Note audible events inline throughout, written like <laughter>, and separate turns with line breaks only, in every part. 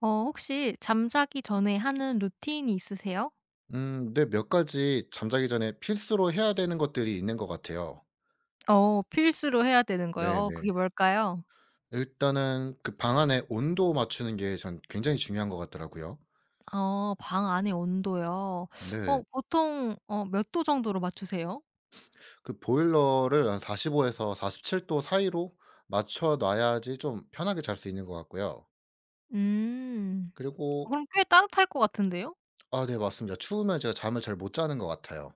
혹시 잠자기 전에 하는 루틴이 있으세요?
네, 몇 가지 잠자기 전에 필수로 해야 되는 것들이 있는 것 같아요.
필수로 해야 되는 거요. 그게
네네.
뭘까요?
일단은 그 방 안의 온도 맞추는 게 전 굉장히 중요한 것 같더라고요.
방 안의 온도요.
네.
보통 몇 도 정도로 맞추세요?
그 보일러를 한 45 에서 47도 사이로 맞춰 놔야지 좀 편하게 잘 수 있는 것 같고요.
음.
그리고
그럼 꽤 따뜻할 것 같은데요?
아, 네, 맞습니다. 추우면 제가 잠을 잘 못 자는 것 같아요.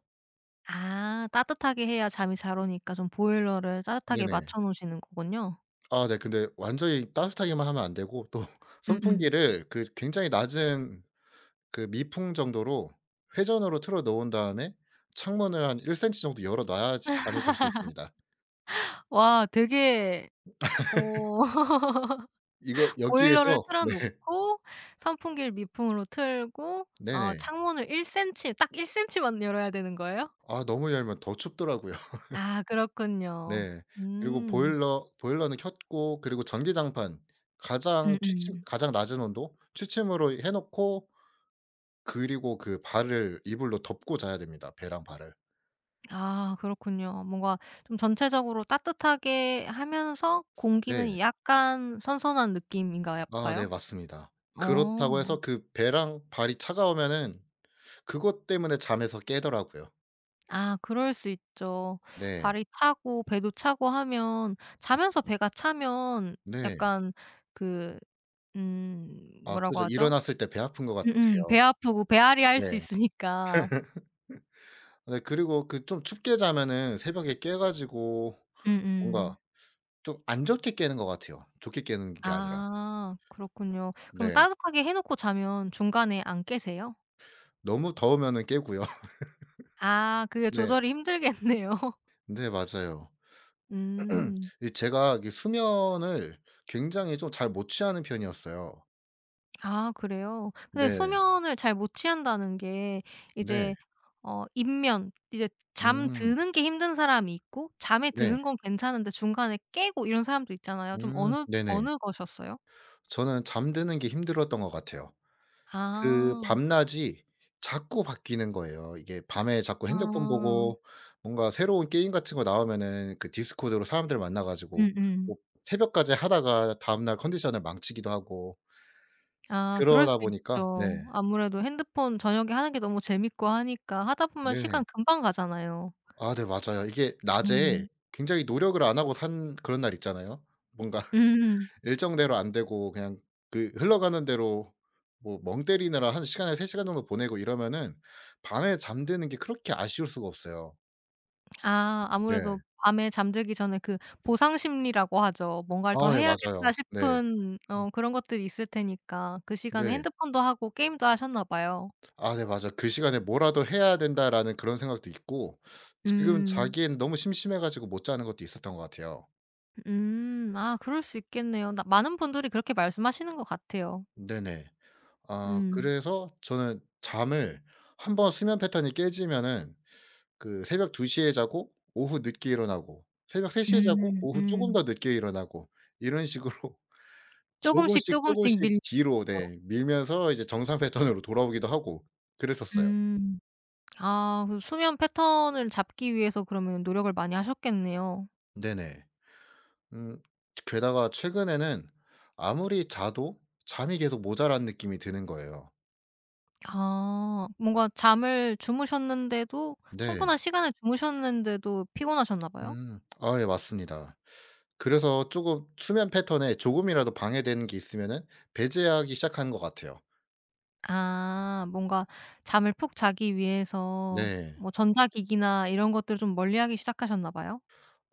아, 따뜻하게 해야 잠이 잘 오니까 좀 보일러를 따뜻하게
네네.
맞춰 놓으시는 거군요.
아 네, 근데 완전히 따뜻하게만 하면 안 되고 또 <laughs>
음음.
선풍기를 그 굉장히 낮은 그 미풍 정도로 회전으로 틀어 놓은 다음에 창문을 한 1 센치 정도 열어 놔야지 잠에 들 수 있습니다.
와, 되게 오. <laughs>
이거 여기에서
보일러를 틀어
네.
놓고 선풍기를 미풍으로 틀고
네네.
창문을 1cm 딱 1cm 만 열어야 되는 거예요?
아 너무 열면 더 춥더라고요. <laughs>
아, 그렇군요.
네. 그리고
음.
보일러는 켰고 그리고 전기장판 가장 취침
음음.
가장 낮은 온도 취침으로 해 놓고 그리고 그 발을 이불로 덮고 자야 됩니다, 배랑 발을.
아, 그렇군요. 뭔가 좀 전체적으로 따뜻하게 하면서
네.
공기는 약간 선선한 느낌인가
아
봐요?
네, 맞습니다.
어.
그렇다고 해서 그 배랑 발이 차가우면은 그것 때문에 잠에서 깨더라고요.
아, 그럴 수 있죠.
네.
발이 차고 배도 차고 하면 자면서 배가 차면
네.
약간 그
아
뭐라고
그죠.
하죠?
일어났을 때 배 아픈 것
음음.
같아요.
배 아프고 배앓이 할 수
네.
있으니까.
네, 그리고 그 좀 춥게 자면은 새벽에 깨 가지고
음음.
뭔가 좀 안 좋게 깨는 것 같아요, 좋게 깨는 게 아니라.
아, 그렇군요. 그럼
네.
따뜻하게 해 놓고 자면 중간에 안 깨세요?
너무 더우면은 깨고요. <laughs>
아, 그게
네.
조절이 힘들겠네요. <laughs>
네, 맞아요.
음.
이 제가 이 수면을 굉장히 좀 잘 못 취하는 편이었어요.
아, 그래요? 근데
네.
수면을 잘 못 취한다는 게
네.
이제 입면 이제
음.
잠드는 게 힘든 사람이 있고 잠에
네.
드는 건 괜찮은데 중간에 깨고 이런 사람도 있잖아요. 좀
음.
어느
네네.
어느 거셨어요?
저는 잠드는 게 힘들었던 것 같아요. 그
아.
밤낮이 자꾸 바뀌는 거예요. 이게 밤에 자꾸 핸드폰
아.
보고 뭔가 새로운 게임 같은 거 나오면은 그 디스코드로 사람들 만나 가지고
음음.
뭐 새벽까지 하다가 다음날 컨디션을 망치기도 하고.
아, 그럴 수
그러다 보니까
있죠.
네.
아무래도 핸드폰 저녁에 하는 게 너무 재밌고 하니까 하다 보면
네.
시간 금방 가잖아요.
아 네, 맞아요. 이게 낮에
음.
굉장히 노력을 안 하고 산 그런 날 있잖아요. 뭔가 <laughs>
음.
일정대로 안 되고 그냥 그 흘러가는 대로 뭐 멍 때리느라 한 시간에서 3 시간 정도 보내고 이러면은 밤에 잠드는 게 그렇게 아쉬울 수가 없어요.
아,
네.
아무래도 밤에 잠들기 전에 그 보상 심리라고 하죠. '뭔가를
아
더
예,
해야겠다.'
맞아요. 네.
싶은
음
그런 것들이 있을 테니까 그 시간에
네.
핸드폰도 하고 게임도 하셨나 봐요.
아 네, 맞아요. '그 시간에 뭐라도 해야 된다.'라는 그런 생각도 있고, 지금
음.
자기엔 너무 심심해 가지고 못 자는 것도 있었던 것 같아요.
음. 아, 그럴 수 있겠네요. 나 많은 분들이 그렇게 말씀하시는 것 같아요.
네네. 아,
음.
그래서 저는 잠을 한번 수면 패턴이 깨지면은 그 새벽 2시에 자고 오후 늦게 일어나고 새벽 3시에 자고
음.
오후 쪼금
음.
더 늦게 일어나고 이런 식으로 <laughs>
조금씩 조
조금씩,
금씩
조금씩
밀리죠.
뒤로 네 밀면서 이제 정상 패턴으로 돌아오기도 하고 그랬었어요.
음. 아, 그 수면 패턴을 잡기 위해서 그러면 노력을 많이 하셨겠네요.
네네. 음 게다가 최근에는 아무리 자도 잠이 계속 모자란 느낌이 드는 거예요.
아, 뭔가 잠을 주무셨는데도
네.
충분한 시간을 주무셨는데도 피곤하셨나 봐요?
음. 아 예, 맞습니다. 그래서 조금 수면 패턴에 조금이라도 방해되는 게 있으면은 배제하기 시작한 것 같아요.
아, 뭔가 잠을 푹 자기 위해서
네.
뭐 전자기기나 이런 것들을 좀 멀리하기 시작하셨나 봐요?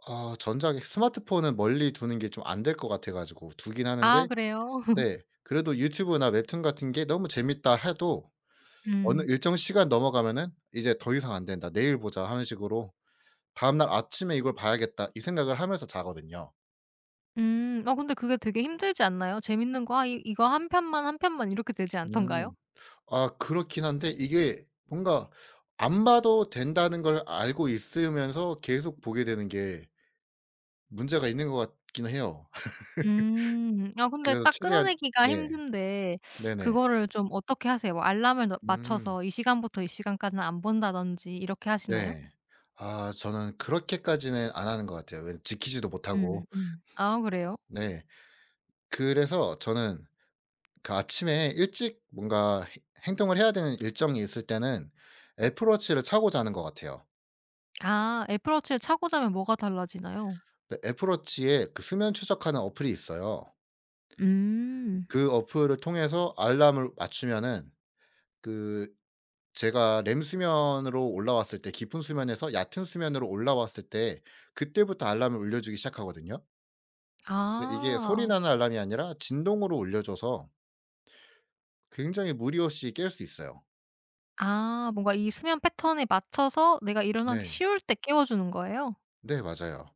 아, 전자 스마트폰은 멀리 두는 게 좀 안 될 것 같아 가지고 두긴 하는데
아, 그래요? <laughs>
네, 그래도 유튜브나 웹툰 같은 게 너무 재밌다 해도 어느
음.
일정 시간 넘어가면은 '이제 더 이상 안 된다. 내일 보자.' 하는 식으로 다음날 아침에 '이걸 봐야겠다.' 이 생각을 하면서 자거든요.
음. 아, 근데 그게 되게 힘들지 않나요? 재밌는 거 '아 이 이거 한 편만, 한 편만.' 이렇게 되지 않던가요?
음. 아 그렇긴 한데 이게 뭔가 안 봐도 된다는 걸 알고 있으면서 계속 보게 되는 게 문제가 있는 것 같긴 해요. <laughs>
음. 아, 근데
그래서
딱
최대한
끊어내기가
네.
힘든데
네네.
그거를 좀 어떻게 하세요? 뭐 알람을 넣
음.
맞춰서 이 시간부터 이 시간까지는 안 본다든지 이렇게 하시나요?
네. 아 저는 그렇게까지는 안 하는 것 같아요. 왜냐면 지키지도
음,
못하고.
아, 그래요?
네. 그래서 저는 그 아침에 일찍 뭔가 해 행동을 해야 되는 일정이 있을 때는 애플워치를 차고 자는 것 같아요.
아, 애플워치를 차고 자면 뭐가 달라지나요?
네, 애플워치에 그 수면 추적하는 어플이 있어요.
음.
그 어플을 통해서 알람을 맞추면은 그 제가 렘 수면으로 올라왔을 때 깊은 수면에서 얕은 수면으로 올라왔을 때 그때부터 알람을 울려 주기 시작하거든요. 근데 이게 소리
아.
나는 알람이 아니라 진동으로 울려 줘서 굉장히 무리 없이 깰 수 있어요.
아, 뭔가 이 수면 패턴에 맞춰서 내가 일어나기
네.
쉬울 때 깨워 주는 거예요?
네, 맞아요.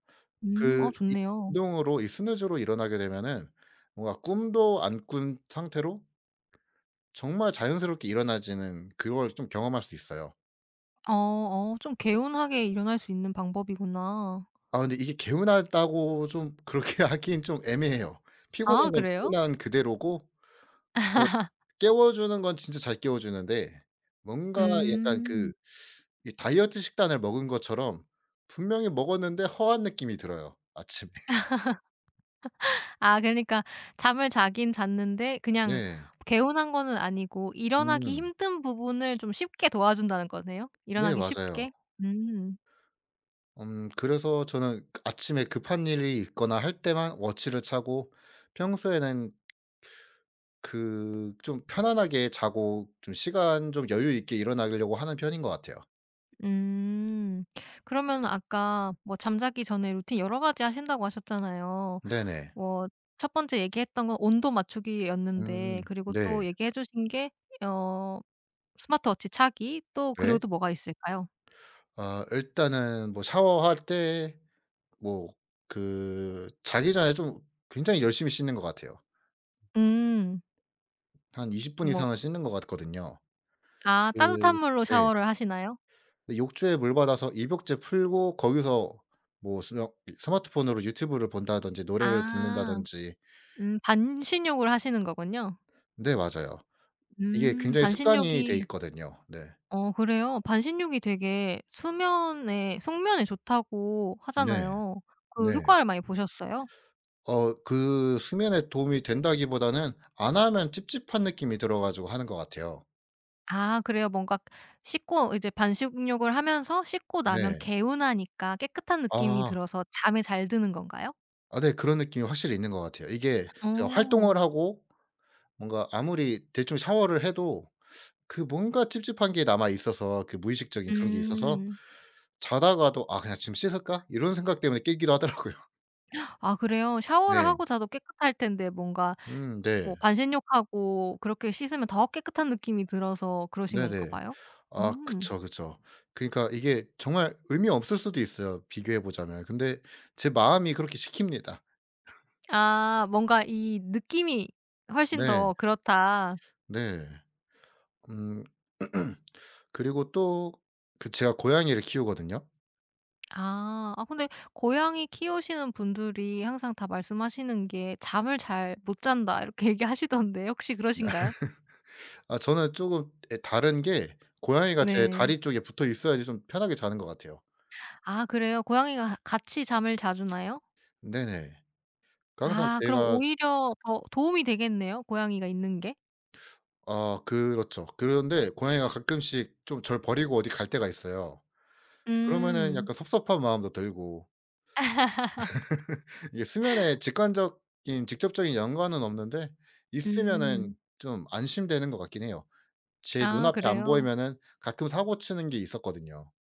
음.
그 이
좋네요.
진동으로 이 스누즈로 일어나게 되면은 뭔가 꿈도 안 꾼 상태로 정말 자연스럽게 일어나지는 그걸 좀 경험할 수 있어요.
어 좀 개운하게 일어날 수 있는 방법이구나.
아 근데 이게 개운하다고 좀 <laughs> 그렇게 하긴 좀 애매해요.
아,
피곤한 건
그래요?
피곤한 그대로고 뭐 깨워주는 건 진짜 잘 깨워주는데 뭔가 약간 그
음.
이 다이어트 식단을 먹은 것처럼 분명히 먹었는데 허한 느낌이 들어요 아침에. <laughs>
아, 그러니까 잠을 자긴 잤는데 그냥
네.
개운한 거는 아니고 일어나기
음.
힘든 부분을 좀 쉽게 도와준다는 거네요?
네,
일어나기 쉽게?
맞아요.
음.
음, 그래서 저는 아침에 급한 일이 있거나 할 때만 워치를 차고 평소에는 그 좀 편안하게 자고 좀 시간 좀 여유 있게 일어나려고 하는 편인 것 같아요.
음. 그러면 아까 뭐 잠자기 전에 루틴 여러 가지 하신다고 하셨잖아요.
네네.
뭐 첫 번째 얘기했던 건 온도 맞추기였는데 그리고 또
네.
얘기해 주신 게 어 스마트워치 차기 또 그리고
왜?
또 뭐가 있을까요?
아 일단은 뭐 샤워할 때 뭐 그 자기 전에 좀 굉장히 열심히 씻는 것 같아요.
음.
한 20분
뭐
이상은 씻는 것 같거든요.
아,
그
따뜻한 물로
네.
샤워를 하시나요?
근데 욕조에 물 받아서 입욕제 풀고 거기서 뭐 스며 이 스마트폰으로 유튜브를 본다든지 노래를
아.
듣는다든지.
반신욕을 하시는 거군요.
네, 맞아요. 이게 굉장히 습관이 돼
반신욕이
있거든요. 네.
그래요? 반신욕이 되게 수면에 숙면에 좋다고
네.
하잖아요. 그
네.
효과를 많이 보셨어요?
어 그 수면에 도움이 된다기보다는 안 하면 찝찝한 느낌이 들어 가지고 하는 것 같아요.
아, 그래요? 뭔가 씻고 이제 반신욕을 하면서 씻고 나면
네.
개운하니까 깨끗한 느낌이
아.
들어서 잠에 잘 드는 건가요?
아 네. 그런 느낌이 확실히 있는 것 같아요. 이게 제가
어.
활동을 하고 뭔가 아무리 대충 샤워를 해도 그 뭔가 찝찝한 게 남아 있어서 그 무의식적인 그런 게 있어서
음.
자다가도 '아 그냥 지금 씻을까?' 이런 생각 때문에 깨기도 하더라고요. <laughs>
아, 그래요? 샤워를
네.
하고 자도 깨끗할 텐데 뭔가
네.
뭐 반신욕하고 그렇게 씻으면 더 깨끗한 느낌이 들어서 그러신 건가
네네.
봐요?
아
음.
그쵸, 그쵸. 그러니까 이게 정말 의미 없을 수도 있어요, 비교해 보자면. 근데 제 마음이 그렇게 시킵니다.
아, 뭔가 이 느낌이 훨씬
네.
더 그렇다.
네. 음. <clears throat> 그리고 또 그 제가 고양이를 키우거든요.
아. 아, 근데 고양이 키우시는 분들이 항상 다 말씀하시는 게 "잠을 잘 못 잔다." 이렇게 <laughs> 얘기하시던데 혹시 그러신가요?
아 저는 조금 예 다른 게 고양이가 제
네.
다리 쪽에 붙어 있어야지 좀 편하게 자는 것 같아요.
아, 그래요? 고양이가 같이 잠을 자주나요?
네네. 그 항상
아, 그럼
제가
오히려 더 도움이 되겠네요, 고양이가 있는 게.
아 그렇죠. 그런데 고양이가 가끔씩 좀 절 버리고 어디 갈 때가 있어요. 그러면은
음.
약간 섭섭한 마음도 들고 이게 수면에 직관적인 직접적인 연관은 없는데
음.
있으면은 좀 안심되는 것 같긴 해요. 제
아,
눈앞에 안
그래요?
보이면은 가끔 사고 치는 게 있었거든요.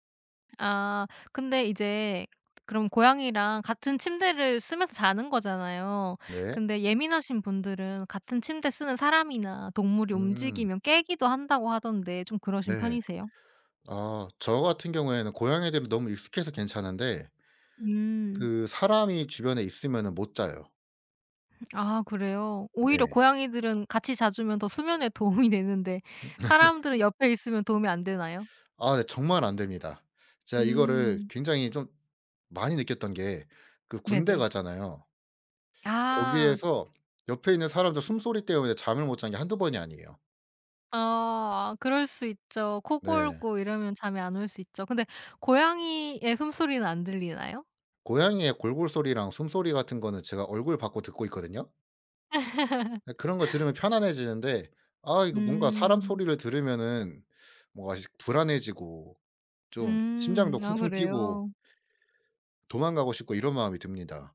아, 근데 이제 그럼 고양이랑 같은 침대를 쓰면서 자는 거잖아요.
네.
근데 예민하신 분들은 같은 침대 쓰는 사람이나 동물이
음
움직이면 깨기도 한다고 하던데 좀 그러신
네.
편이세요?
아 저 같은 경우에는 고양이들은 너무 익숙해서 괜찮은데
음.
그 사람이 주변에 있으면은 못 자요.
아, 그래요? 오히려
네.
고양이들은 같이 자주면 더 수면에 도움이 되는데 사람들은 옆에 있으면 도움이 안 되나요?
아 네, 정말 안 됩니다. 제가 이거를
음.
굉장히 좀 많이 느꼈던 게 그 군대
네네.
가잖아요.
아.
거기에서 옆에 있는 사람들 숨소리 때문에 잠을 못 잔 게 한두 번이 아니에요.
아, 그럴 수 있죠. 코
네.
골고 이러면 잠이 안 올 수 있죠. 근데 고양이의 숨소리는 안 들리나요?
고양이의 골골소리랑 숨소리 같은 거는 제가 얼굴 받고 듣고 있거든요. 네, 그런 거 들으면 편안해지는데 아 이거 뭔가 사람
음.
소리를 들으면은 뭔가 시 불안해지고 좀
음.
심장도
아,
쿵쿵 뛰고
그래요?
도망가고 싶고 이런 마음이 듭니다.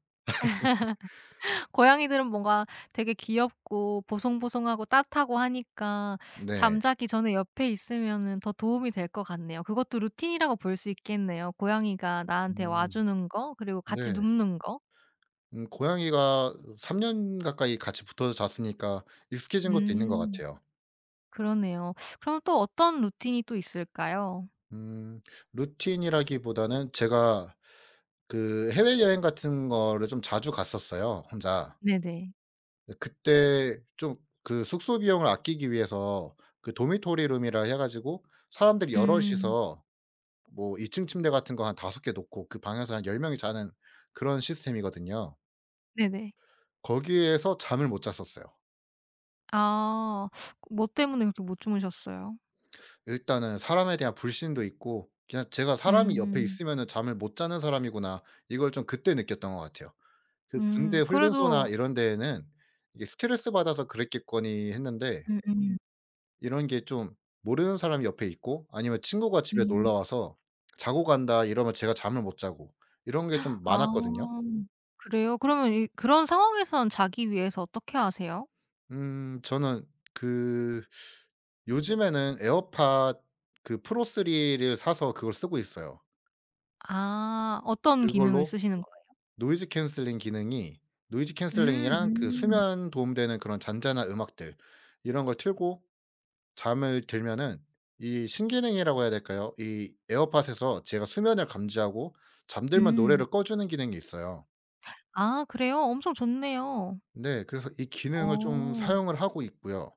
고양이들은 뭔가 되게 귀엽고 보송보송하고 따뜻하고 하니까
네.
잠자기 전에 옆에 있으면은 더 도움이 될 것 같네요. 그것도 루틴이라고 볼 수 있겠네요. 고양이가 나한테 와
음
주는 거 그리고 같이
네.
눕는 거.
고양이가 3년 가까이 같이 붙어 잤으니까 익숙해진 것도 있는 것
음.
같아요.
그러네요. 그럼 또 어떤 루틴이 또 있을까요?
음, 루틴이라기보다는 제가 그 해외여행 같은 거를 좀 자주 갔었어요 혼자.
네네.
근데 그때 좀 그 숙소 비용을 아끼기 위해서 그 도미토리 룸이라 해 가지고 사람들이
음.
여럿이서 뭐 2 층 침대 같은 거 한 5개 놓고 그 방에서 한 10 명이 자는 그런 시스템이거든요.
네네.
거기에서 잠을 못 잤었어요.
아. 뭐 때문에 그렇게 못 주무셨어요?
일단은 사람에 대한 불신도 있고 그냥 제가 '사람이 옆에
음.
있으면은 잠을 못 자는 사람이구나.' 이걸 좀 그때 느꼈던 것 같아요. 그
음.
군대 훈련소나
그래도
이런 데에는 이게 '스트레스 받아서 그랬겠거니.' 했는데
음음. 음.
이런 게 좀 모르는 사람이 옆에 있고 아니면 친구가 집에
음.
놀러 와서 "자고 간다." 이러면 제가 잠을 못 자고 이런 게 좀 많았거든요.
아. 그래요? 그러면 이 그런 상황에선 자기 위해서 어떻게 하세요?
음, 저는 그 요즘에는 에어팟 그 프로 3를 사서 그걸 쓰고 있어요.
아. 어떤 기능을
그걸로
쓰시는 거예요?
노이즈 캔슬링 기능이 노이즈
음,
캔슬링이랑 그 수면 도움되는 그런 잔잔한 음악들 이런 걸 틀고 잠을 들면은 이 신기능이라고 해야 될까요? 이 에어팟에서 제가 수면을 감지하고 잠들면
음.
노래를 꺼 주는 기능이 있어요.
아, 그래요? 엄청 좋네요.
네. 그래서 이 기능을 좀
어.
사용을 하고 있고요.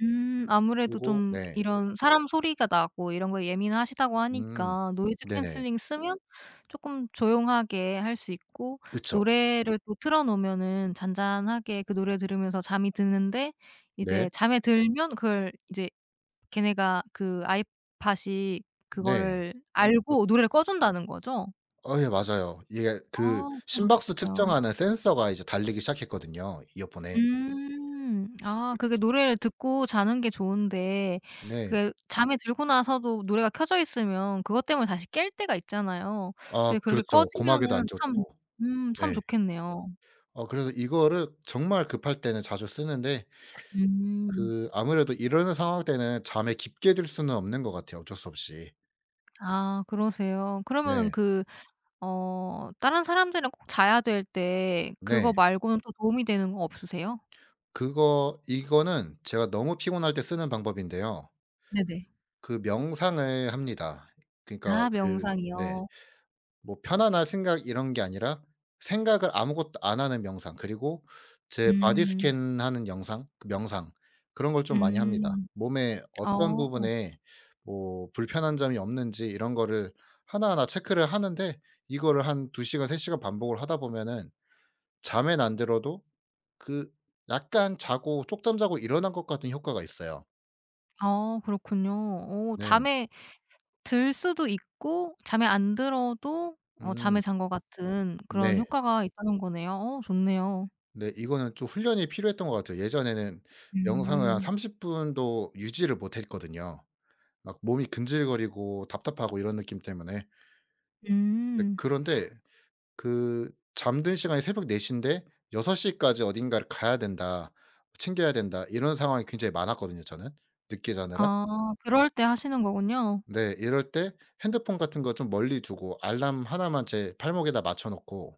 아무래도
그리고
좀
네.
이런 사람 소리가 나고 이런 거에 예민하시다고
음.
하니까 노이즈
네네.
캔슬링 쓰면 쪼끔 조용하게 할 수 있고
그쵸.
노래를 또 틀어 놓으면은 잔잔하게 그 노래 들으면서 잠이 드는데 이제
네.
잠에 들면 그걸 이제 걔네가 그 아이팟이
네.
그거를
뭐
알고 노래를 꺼 준다는 거죠?
어 예, 맞아요. 이게
아,
그
너무
심박수
좋겠네요.
측정하는 센서가 이제 달리기 시작했거든요, 이어폰에.
음. 아, 그게 노래를 듣고 자는 게 좋은데
네.
그게 잠에 들고 나서도 노래가 켜져 있으면 그것 때문에 다시 깰 때가 있잖아요.
아
근데 그렇게
그렇죠. 고막에도 안
꺼지면은 참
좋고.
참
네.
좋겠네요.
어 그래서 이거를 정말 급할 때는 자주 쓰는데
음.
그 아무래도 이런 상황 때는 잠에 깊게 들 수는 없는 것 같아요, 어쩔 수 없이.
아, 그러세요. 그러면은
네.
그 다른 사람들이랑 꼭 자야 될 때 그거
네.
말고는 또 도움이 되는 거 없으세요?
그거 이거는 제가 너무 피곤할 때 쓰는 방법인데요.
네네.
그 명상을 합니다. 그러니까
아,
그 네.
명상이요.
뭐 편안할 생각 이런 게 아니라 생각을 아무것도 안 하는 명상 그리고 제 바디
음.
스캔하는 영상 그 명상 그런 걸 좀 많이 합니다.
음.
몸에 어떤
어.
부분에 뭐 불편한 점이 없는지 이런 거를 하나하나 체크를 하는데 이거를 한 2 시간 3 시간 반복을 하다 보면은 잠엔 안 들어도 그 약간 자고 쪽잠 자고 일어난 것 같은 효과가 있어요.
그렇군요.
네.
잠에 들 수도 있고 잠에 안 들어도 잠에
음.
잔 것 같은 그런
네.
효과가 있다는 거네요. 좋네요.
네. 이거는 좀 훈련이 필요했던 것 같아요. 예전에는 명상을 한
음.
30 분도 유지를 못했거든요. 막 몸이 근질거리고 답답하고 이런 느낌 때문에. 네
음.
그런데 그 잠든 시간이 새벽 4시 인데 6시 까지 어딘가를 가야 된다, 챙겨야 된다 이런 상황이 굉장히 많았거든요 저는, 늦게 자느라.
아, 그럴 때 하시는 거군요.
네. 이럴 때 핸드폰 같은 거 좀 멀리 두고 알람 하나만 제 팔목에다 맞춰 놓고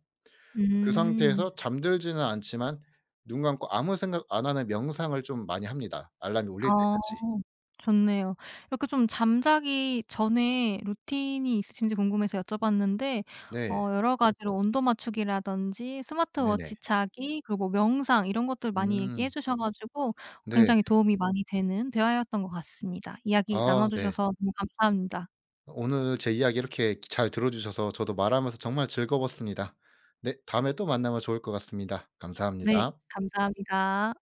그
음.
상태에서 잠들지는 않지만 눈 감고 아무 생각 안 하는 명상을 좀 많이 합니다, 알람이 울릴
어
때까지.
좋네요. 이렇게 좀 잠자기 전에 루틴이 있으신지 궁금해서 여쭤봤는데
네.
여러 가지로 온도 맞추기라든지
네네.
스마트워치 차기 그리고 뭐 명상 이런 것들 많이 얘기해
음.
주셔 가지고
네.
굉장히 도움이 많이 되는 대화였던 것 같습니다. 이야기 나눠
아 네.
주셔서 너무 감사합니다.
오늘 제 이야기 이렇게 잘 들어 주셔서 저도 말하면서 정말 즐거웠습니다. 네. 다음에 또 만나면 좋을 것 같습니다.
네,
감사합니다.
감사합니다.